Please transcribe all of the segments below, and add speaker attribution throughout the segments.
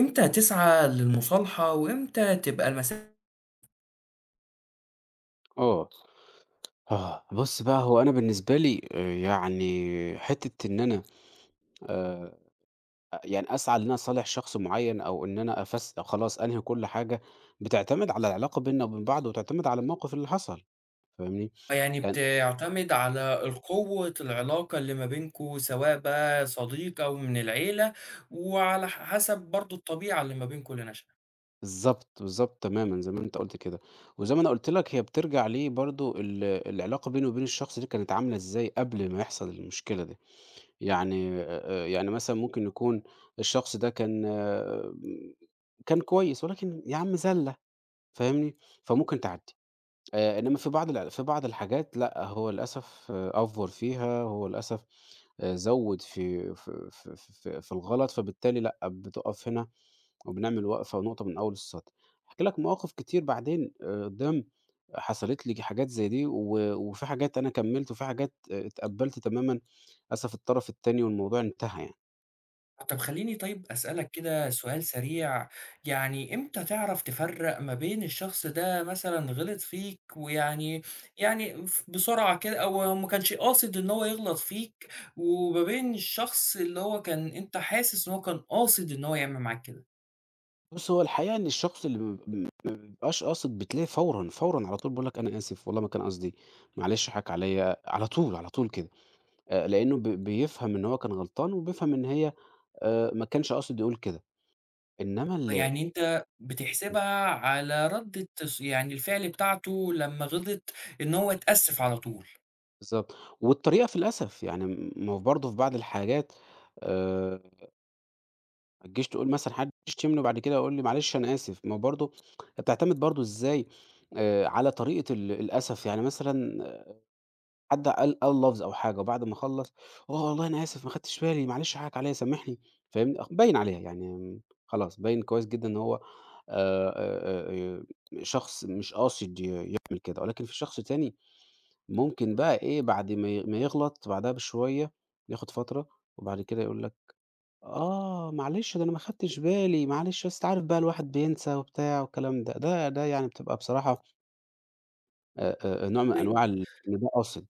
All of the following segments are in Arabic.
Speaker 1: إمتى تسعى للمصالحة، وإمتى تبقى المسا.
Speaker 2: آه. آه، بُص بقى هو أنا بالنسبة لي يعني حتّة إن أنا آآ يعني أسعى إن أنا أصالح شخص معيّن أو إن أنا أو خلاص أنهي كل حاجة، بتعتمد على العلاقة بيننا وبين بعض وتعتمد على الموقف اللي حصل، فاهمني؟
Speaker 1: يعني
Speaker 2: يعني
Speaker 1: بتعتمد على القوة العلاقة اللي ما بينكم، سواء بقى صديق أو من العيلة، وعلى حسب برضه الطبيعة اللي ما بينكم لنشأة؟
Speaker 2: بالضبط، بالضبط تمامًا زي ما أنت قُلت كده. وزي ما أنا قُلت لك هي بترجع ليه برضه العلاقة بيني وبين الشخص دي كانت عاملة إزاي قبل ما يحصل المشكلة دي. يعني يعني مثلًا ممكن يكون الشخص ده كان كان كويس، ولكن يا عم زَلّة فاهمني، فممكن تعدّي. إنما في بعض في بعض الحاجات لأ، هو للأسف آه، أفور فيها، هو للأسف زوّد في الغلط، فبالتالي لأ، بتُقف هنا وبنعمل وقفة ونقطة من أول السطر. هاحكي لك مواقف كتير بعدين قدّام حصلت لي حاجات زي دي، و وفي حاجات أنا كمّلت، وفي حاجات آه، اتقبّلت تمامًا للأسف الطرف التاني والموضوع انتهى يعني.
Speaker 1: طب خلّيني طيب أسألك كده سؤال سريع، يعني إمتى تعرف تفرّق ما بين الشخص ده مثلًا غلط فيك ويعني يعني بسرعة كده أو ما كانش قاصد إن هو يغلط فيك، وما بين الشخص اللي هو كان أنت حاسس إن هو كان قاصد إن هو يعمل معاك كده؟
Speaker 2: بُص، هو الحقيقة إن الشخص اللي ب مابقاش قاصد، بتلاقي فورًا، فورًا على طول بيقول لك أنا آسف والله ما كان قصدي، معلش حَقّ عليّا، على طول، على طول كده، لإنه بيفهم إن هو كان غلطان وبيفهم إن هي ما كانش قاصد يقول كده، إنما
Speaker 1: يعني أنت بتحسبها على ردة يعني الفعل بتاعته لمّا غلط إن هو اتأسف على طول.
Speaker 2: بالضبط، والطريقة في الأسف، يعني ما هو برضه في بعض الحاجات آآ ما تجيش تقول مثلًا حد يشتمني وبعد كده يقول لي معلش أنا آسف، ما هو برضه بتعتمد برضه إزاي على طريقة الأسف، يعني مثلًا حد قال لفظ أو حاجة وبعد ما خلّص، "آه والله أنا آسف ما خدتش بالي، معلش حقك عليَّ سامحني." فاهمني؟ أخ باين عليها يعني خلاص باين كويس جدًا إن هو آآ شخص مش قاصد يعمل كده، ولكن في شخص تاني ممكن بقى إيه، بعد ما ما يغلط بعدها بشوية، ياخد فترة وبعد كده يقول لك: "آه معلش ده أنا ما خدتش بالي، معلش أصل أنت عارف بقى الواحد بينسى وبتاع والكلام ده." ده يعني بتبقى بصراحة آآ نوع من أنواع إن ده قاصد.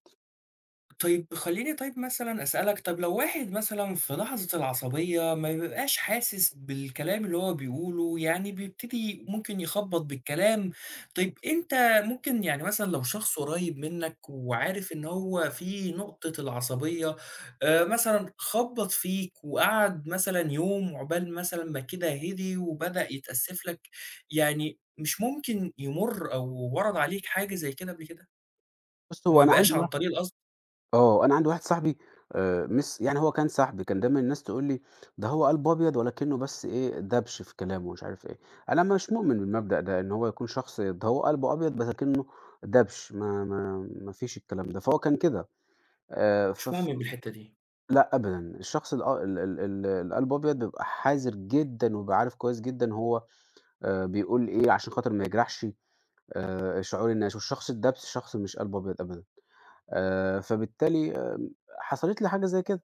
Speaker 1: طيب خلّيني طيب مثلًا أسألك، طب لو واحد مثلًا في لحظة العصبية ما بيبقاش حاسس بالكلام اللي هو بيقوله، يعني بيبتدي ممكن يخبّط بالكلام، طيب أنت ممكن يعني مثلًا لو شخص قريب منك وعارف إن هو في نقطة العصبية، مثلًا خبّط فيك وقعد مثلًا يوم عقبال مثلًا ما كده هدي وبدأ يتأسف لك، يعني مش ممكن يمُر أو ورد عليك حاجة زي كده قبل كده؟
Speaker 2: بُص
Speaker 1: وما
Speaker 2: هو أنا
Speaker 1: يبقاش
Speaker 2: عندي
Speaker 1: عن طريق القصد.
Speaker 2: آه، أنا عندي واحد صاحبي يعني هو كان صاحبي، كان دايمًا الناس تقول لي: "ده هو قلبه أبيض ولكنه بس إيه، دبش في كلامه." ومش عارف إيه، أنا مش مؤمن بالمبدأ ده، إن هو يكون شخص ده هو قلبه أبيض ولكنه دبش، ما فيش الكلام ده، فهو كان كده آآ
Speaker 1: مش
Speaker 2: فف
Speaker 1: مؤمن بالحتّة دي.
Speaker 2: لأ أبدًا، الشخص الأ ال ال ال اللي قلبه أبيض بيبقى حذر جدًا وبيبقى عارف كويس جدًا هو بيقول إيه عشان خاطر ما يجرحش شعور الناس، والشخص الدبش شخص مش قلبه أبيض أبدًا، فبالتالي حصلت لي حاجة زي كده.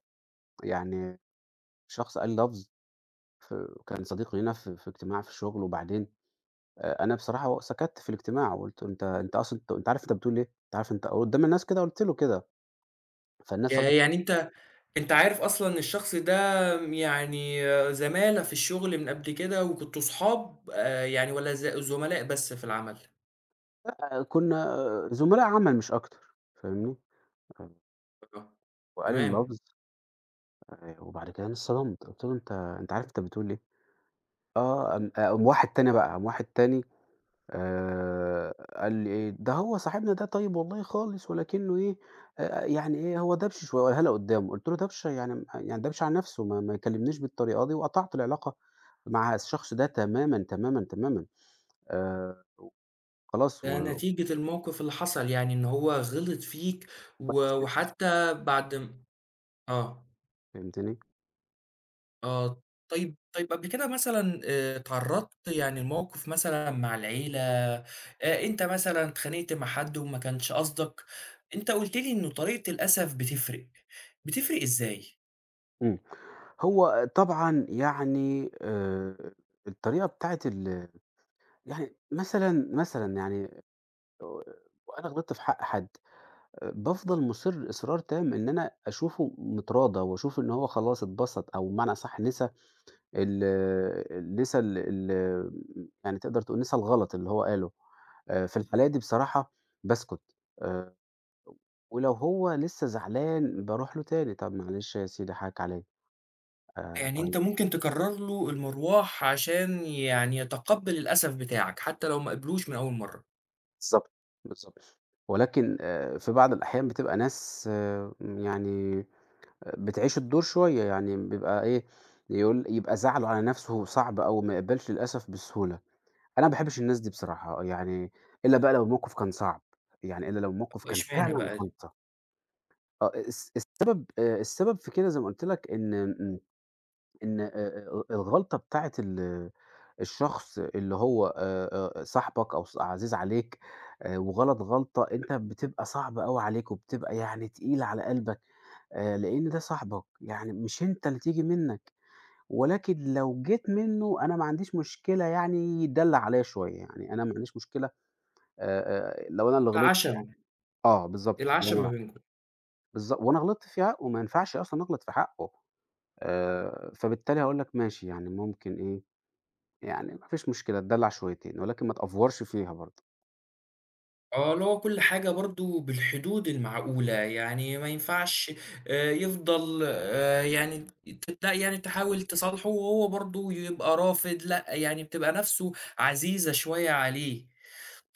Speaker 2: يعني شخص قال لفظ ف كان صديق لينا في اجتماع في الشغل، وبعدين أنا بصراحة سكَتّ في الاجتماع، وقُلت له: "أنت أصلًا أنت عارف أنت بتقول إيه؟ أنت عارف أنت" قدّام الناس كده قُلت له كده، فالناس
Speaker 1: ياه!
Speaker 2: ردِّت
Speaker 1: يعني أنت أنت عارف أصلًا ان الشخص ده يعني زمالة في الشغل من قبل كده وكنتوا صحاب يعني والّا زملاء بس في العمل؟
Speaker 2: لأ، كنا آه، زملاء عمل مش أكتر، فاهمني؟ آه،
Speaker 1: آه،
Speaker 2: وقال
Speaker 1: تمام.
Speaker 2: اللفظ وبعد كده أنا اتصدمت، قُلت له: "أنت عارف أنت بتقول إيه؟" آه، قام واحد تاني بقى، قام واحد تاني قال لي إيه: "ده هو صاحبنا ده طيب والله خالص ولكنّه إيه، يعني إيه هو دَبْش شوية." قالها لي قُدّامه، قُلت له: "دَبْش يعني يعني دَبْش على نَفْسه ما يكلّمنيش بالطريقة دي." وقطعت العلاقة مع الشخص ده تمامًا، تمامًا، تمامًا. آآ خلاص
Speaker 1: ده
Speaker 2: و
Speaker 1: نتيجة الموقف اللي حصل يعني إن هو غلط فيك و وحتى بعد م. آه.
Speaker 2: فهمتني؟
Speaker 1: آه، طيب طيب قبل كده مثلًا اتعرّضت يعني لموقف مثلًا مع العيلة، أنت مثلًا اتخانقت مع حد وما كانش قصدك، أنت قُلت لي إنه طريقة الأسف بتفرق، بتفرق إزاي؟
Speaker 2: إمم. هو طبعًا يعني الطريقة بتاعة يعني مثلًا، مثلًا يعني آآ وأنا غلطت في حق حد بافضل مُصِر إصرار تام إن أنا أشوفه متراضى وأشوف إن هو خلاص اتبسط أو بمعنى أصح نسى ال نسى ال ال يعني تقدر تقول نسى الغلط اللي هو قاله. في الحالة دي بصراحة باسكت، آآ ولو هو لسه زعلان باروح له تاني، "طب معلش يا سيدي حقك عليّا."
Speaker 1: يعني
Speaker 2: طيب
Speaker 1: أنت ممكن تكرر له المرواح عشان يعني يتقبّل الأسف بتاعك، حتى لو ما قبلوش من أول مرّة،
Speaker 2: بالضبط، بالضبط. ولكن في بعض الأحيان بتبقى ناس آه، يعني بتعيش الدور شوية، يعني بيبقى إيه، يقول يبقى زعله على نَفْسه صعب أوي ما يقبلش للأسف بسهولة، أنا ما باحبش الناس دي بصراحة، يعني إلا بقى لو الموقف كان صعب، يعني إلا لو الموقف
Speaker 1: طب
Speaker 2: كان
Speaker 1: إشمعنى
Speaker 2: فعلًا
Speaker 1: بقى؟
Speaker 2: غلطة، آه السبب السبب في كده زي ما قُلت لك إن إمم، إن الغلطة بتاعة الشخص اللي هو صاحبك أو عزيز عليك وغلط غلطة أنت بتبقى صعبة أوي عليك وبتبقى يعني تقيلة على قلبك. لإن ده صاحبك، يعني مش أنت اللي تيجي منّك، ولكن لو جيت منّه أنا ما عنديش مشكلة يعني يتدلّع عليّا شوية، يعني أنا ما عنديش مشكلة لو أنا اللي غلطت يعني.
Speaker 1: العَشَم،
Speaker 2: آه بالضبط،
Speaker 1: العَشَم
Speaker 2: لو
Speaker 1: ما
Speaker 2: أنا
Speaker 1: بينكم.
Speaker 2: وأنا غلطت في حقّه، وما ينفعش أصلًا أغلط في حقّه، فبالتالي هاقول لك ماشي يعني ممكن إيه، يعني ما فيش مشكلة اتدلّع شويتين، ولكن ما تأفورش فيها برضه،
Speaker 1: آه، اللي هو كل حاجة برضه بالحدود المعقولة، يعني ما ينفعش يفضل يعني لأ، يعني تحاول تصالحه وهو برضه يبقى رافض، لأ، يعني بتبقى نَفْسه عزيزة شوية عليه.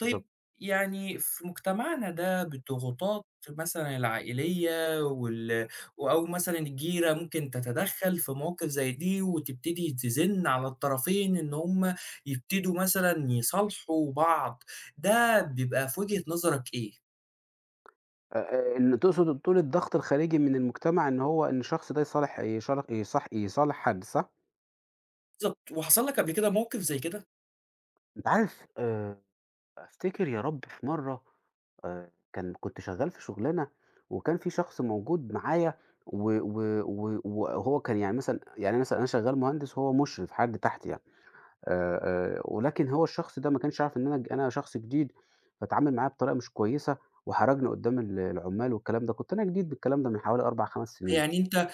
Speaker 2: بالضبط.
Speaker 1: يعني في مجتمعنا ده بالضغوطات مثلًا العائلية وال أو مثلًا الجيرة ممكن تتدخّل في مواقف زي دي وتبتدي تزِنّ على الطرفين إن هم يبتدوا مثلًا يصالحوا بعض، ده بيبقى في وجهة نظرك إيه؟
Speaker 2: آآ إن تقصد تقول الضغط الخارجي من المجتمع إن هو إن الشخص ده يصالح يشار يصح يصالح حد، صح؟
Speaker 1: بالضبط، وحصل لك قبل كده موقف زي كده؟
Speaker 2: أنت عارف أفتكر يا رب في مرّة كان كنت شغّال في شُغلانة وكان في شخص موجود معايا و و و وهو كان يعني مثلًا يعني مثلًا أنا شغّال مهندس وهو مُشرف حد تحتي يعني آآ ولكن هو الشخص ده ما كانش يعرف إن أنا أنا شخص جديد، فاتعامل معايا بطريقة مش كويسة وحرجني قُدّام العُمّال والكلام ده، كنت أنا جديد بالكلام ده من حوالي 4، 5 سنين.
Speaker 1: يعني أنت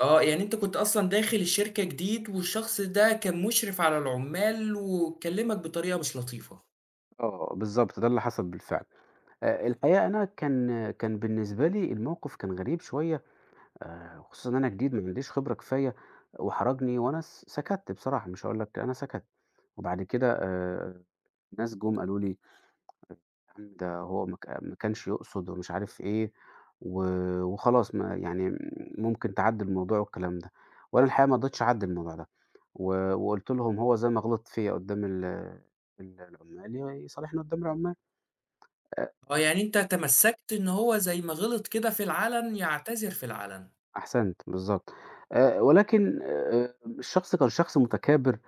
Speaker 1: آه، يعني أنت كنت أصلًا داخل الشركة جديد والشخص ده كان مُشرف على العُمّال وكلّمك بطريقة مش لطيفة.
Speaker 2: آه بالضبط، ده اللي حصل بالفعل. الحقيقة أنا كان بالنسبة لي الموقِف كان غريب شوية خصوصًا إن أنا جديد ما عنديش خبرة كفاية وحرجني وأنا سكَتّ بصراحة مش هاقول لك أنا سكَتّ، وبعد كده ناس جُم قالوا لي: "يا عم ده هو ما كانش يقصد." ومش عارف إيه، و وخلاص ما يعني ممكن تعدّي الموضوع والكلام ده، وأنا الحقيقة ما رضيتش أعدّي الموضوع ده، و وقُلت لهم: "هو زي ما غلط فيّا قدّام ال العُمّال يصالحني قدّام العُمّال." أ
Speaker 1: آه، يعني أنت تمسّكت إن هو زي ما غلط كده في العلن، يعتذر في العلن.
Speaker 2: أحسنت، بالضبط. ولكن الشخص كان شخص متكابر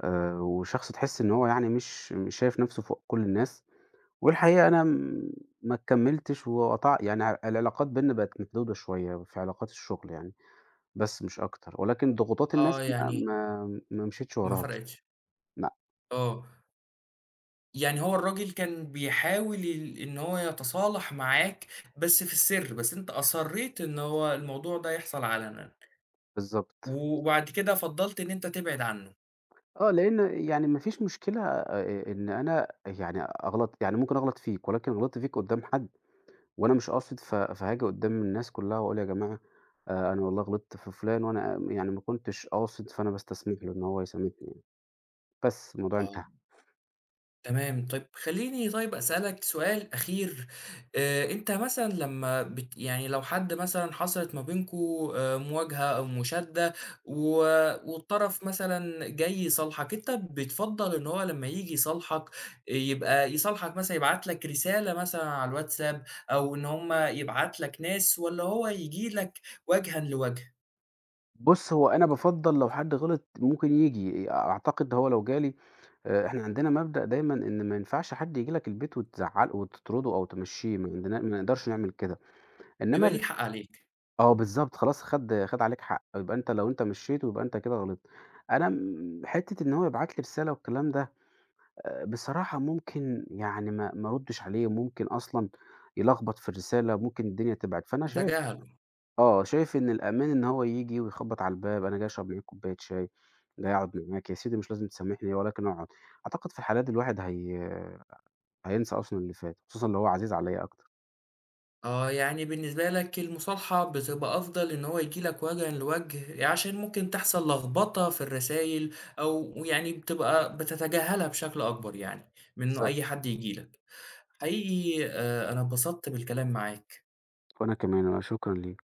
Speaker 2: وشخص تحس إن هو يعني مش شايف نَفْسه فوق كل الناس، والحقيقة أنا ما كمّلتش وقطع يعني العلاقات بيننا بقت محدودة شوية في علاقات الشغل يعني، بس مش أكتر، ولكن ضغوطات
Speaker 1: آه،
Speaker 2: الناس
Speaker 1: يعني
Speaker 2: ما مشيتش
Speaker 1: ما
Speaker 2: وراها بصراحة،
Speaker 1: فرقتش.
Speaker 2: لأ،
Speaker 1: آه، يعني هو الراجل كان بيحاول ال إن هو يتصالح معاك بس في السِر، بس أنت أصرّيت إن هو الموضوع ده يحصل علنًا،
Speaker 2: بالضبط.
Speaker 1: وبعد كده فضّلت إن أنت تبعد عنه.
Speaker 2: آه، لإن يعني ما فيش مشكلة إن أنا يعني أغلط، يعني ممكن أغلط فيك ولكن غلطت فيك قُدّام حد وأنا مش قاصد فهاجي قُدّام الناس كُلّها وأقول يا جماعة أنا والله غلطت في فُلان وأنا يعني ما كنتش قاصد، فأنا باستسمح له إن هو يسامحني. بس الموضوع
Speaker 1: آه.
Speaker 2: انتهى.
Speaker 1: تمام، طيب خلّيني طيب أسألك سؤال أخير، أنت مثلًا لمّا بت يعني لو حد مثلًا حصلت ما بينكم مواجهة أو مشادة و والطرف مثلًا جاي يصالحك، أنت بتفضّل إن هو لمّا ييجي يصالحك يبقى يصالحك مثلًا يبعت لك رسالة مثلًا على الواتساب أو إن هم يبعت لك ناس والّا هو ييجي لك وجهًا لوجه،
Speaker 2: بُص، هو أنا بافضّل لو حد غلط ممكن ييجي، أعتقد هو لو جالي إحنا عندنا مبدأ دايمًا إن ما ينفعش حد ييجي لك البيت وتزعّله وتطرده أو تمشّيه، ما عندنا ما نقدرش نعمل كده، إنّما
Speaker 1: بيبقى ليه حق عليك،
Speaker 2: آه بالضبط، خلاص خَد عليك حق، يبقى أنت لو أنت مشّيته يبقى أنت كده غلطت. أنا حتّة إن هو يبعت لي رسالة والكلام ده، بصراحة ممكن يعني ما أردّش عليه، ممكن أصلًا يلخبط في الرسالة، ممكن الدنيا تبعد، فأنا شايف
Speaker 1: تتجاهله؟
Speaker 2: آه، شايف إن الأمان إن هو ييجي ويخبّط على الباب، "أنا جاي أشرب معاك كوباية شاي، جاي أقعد معاك، يا سيدي مش لازم تسامحني ولكن أقعد." أعتقد في الحالة دي الواحد هينسى أصلًا اللي فات، خصوصًا لو هو عزيز عليّا أكتر.
Speaker 1: آه، يعني بالنسبة لك المصالحة بتبقى أفضل إن هو ييجي لك وجهًا لوجه، عشان ممكن تحصل لخبطة في الرسايل أو يعني بتبقى بتتجاهلها بشكل أكبر يعني، من إنه
Speaker 2: بالضبط.
Speaker 1: أي حد ييجي لك. حقيقي أنا اتبسطت بالكلام معاك.
Speaker 2: وأنا كمان، أنا شكرًا ليك.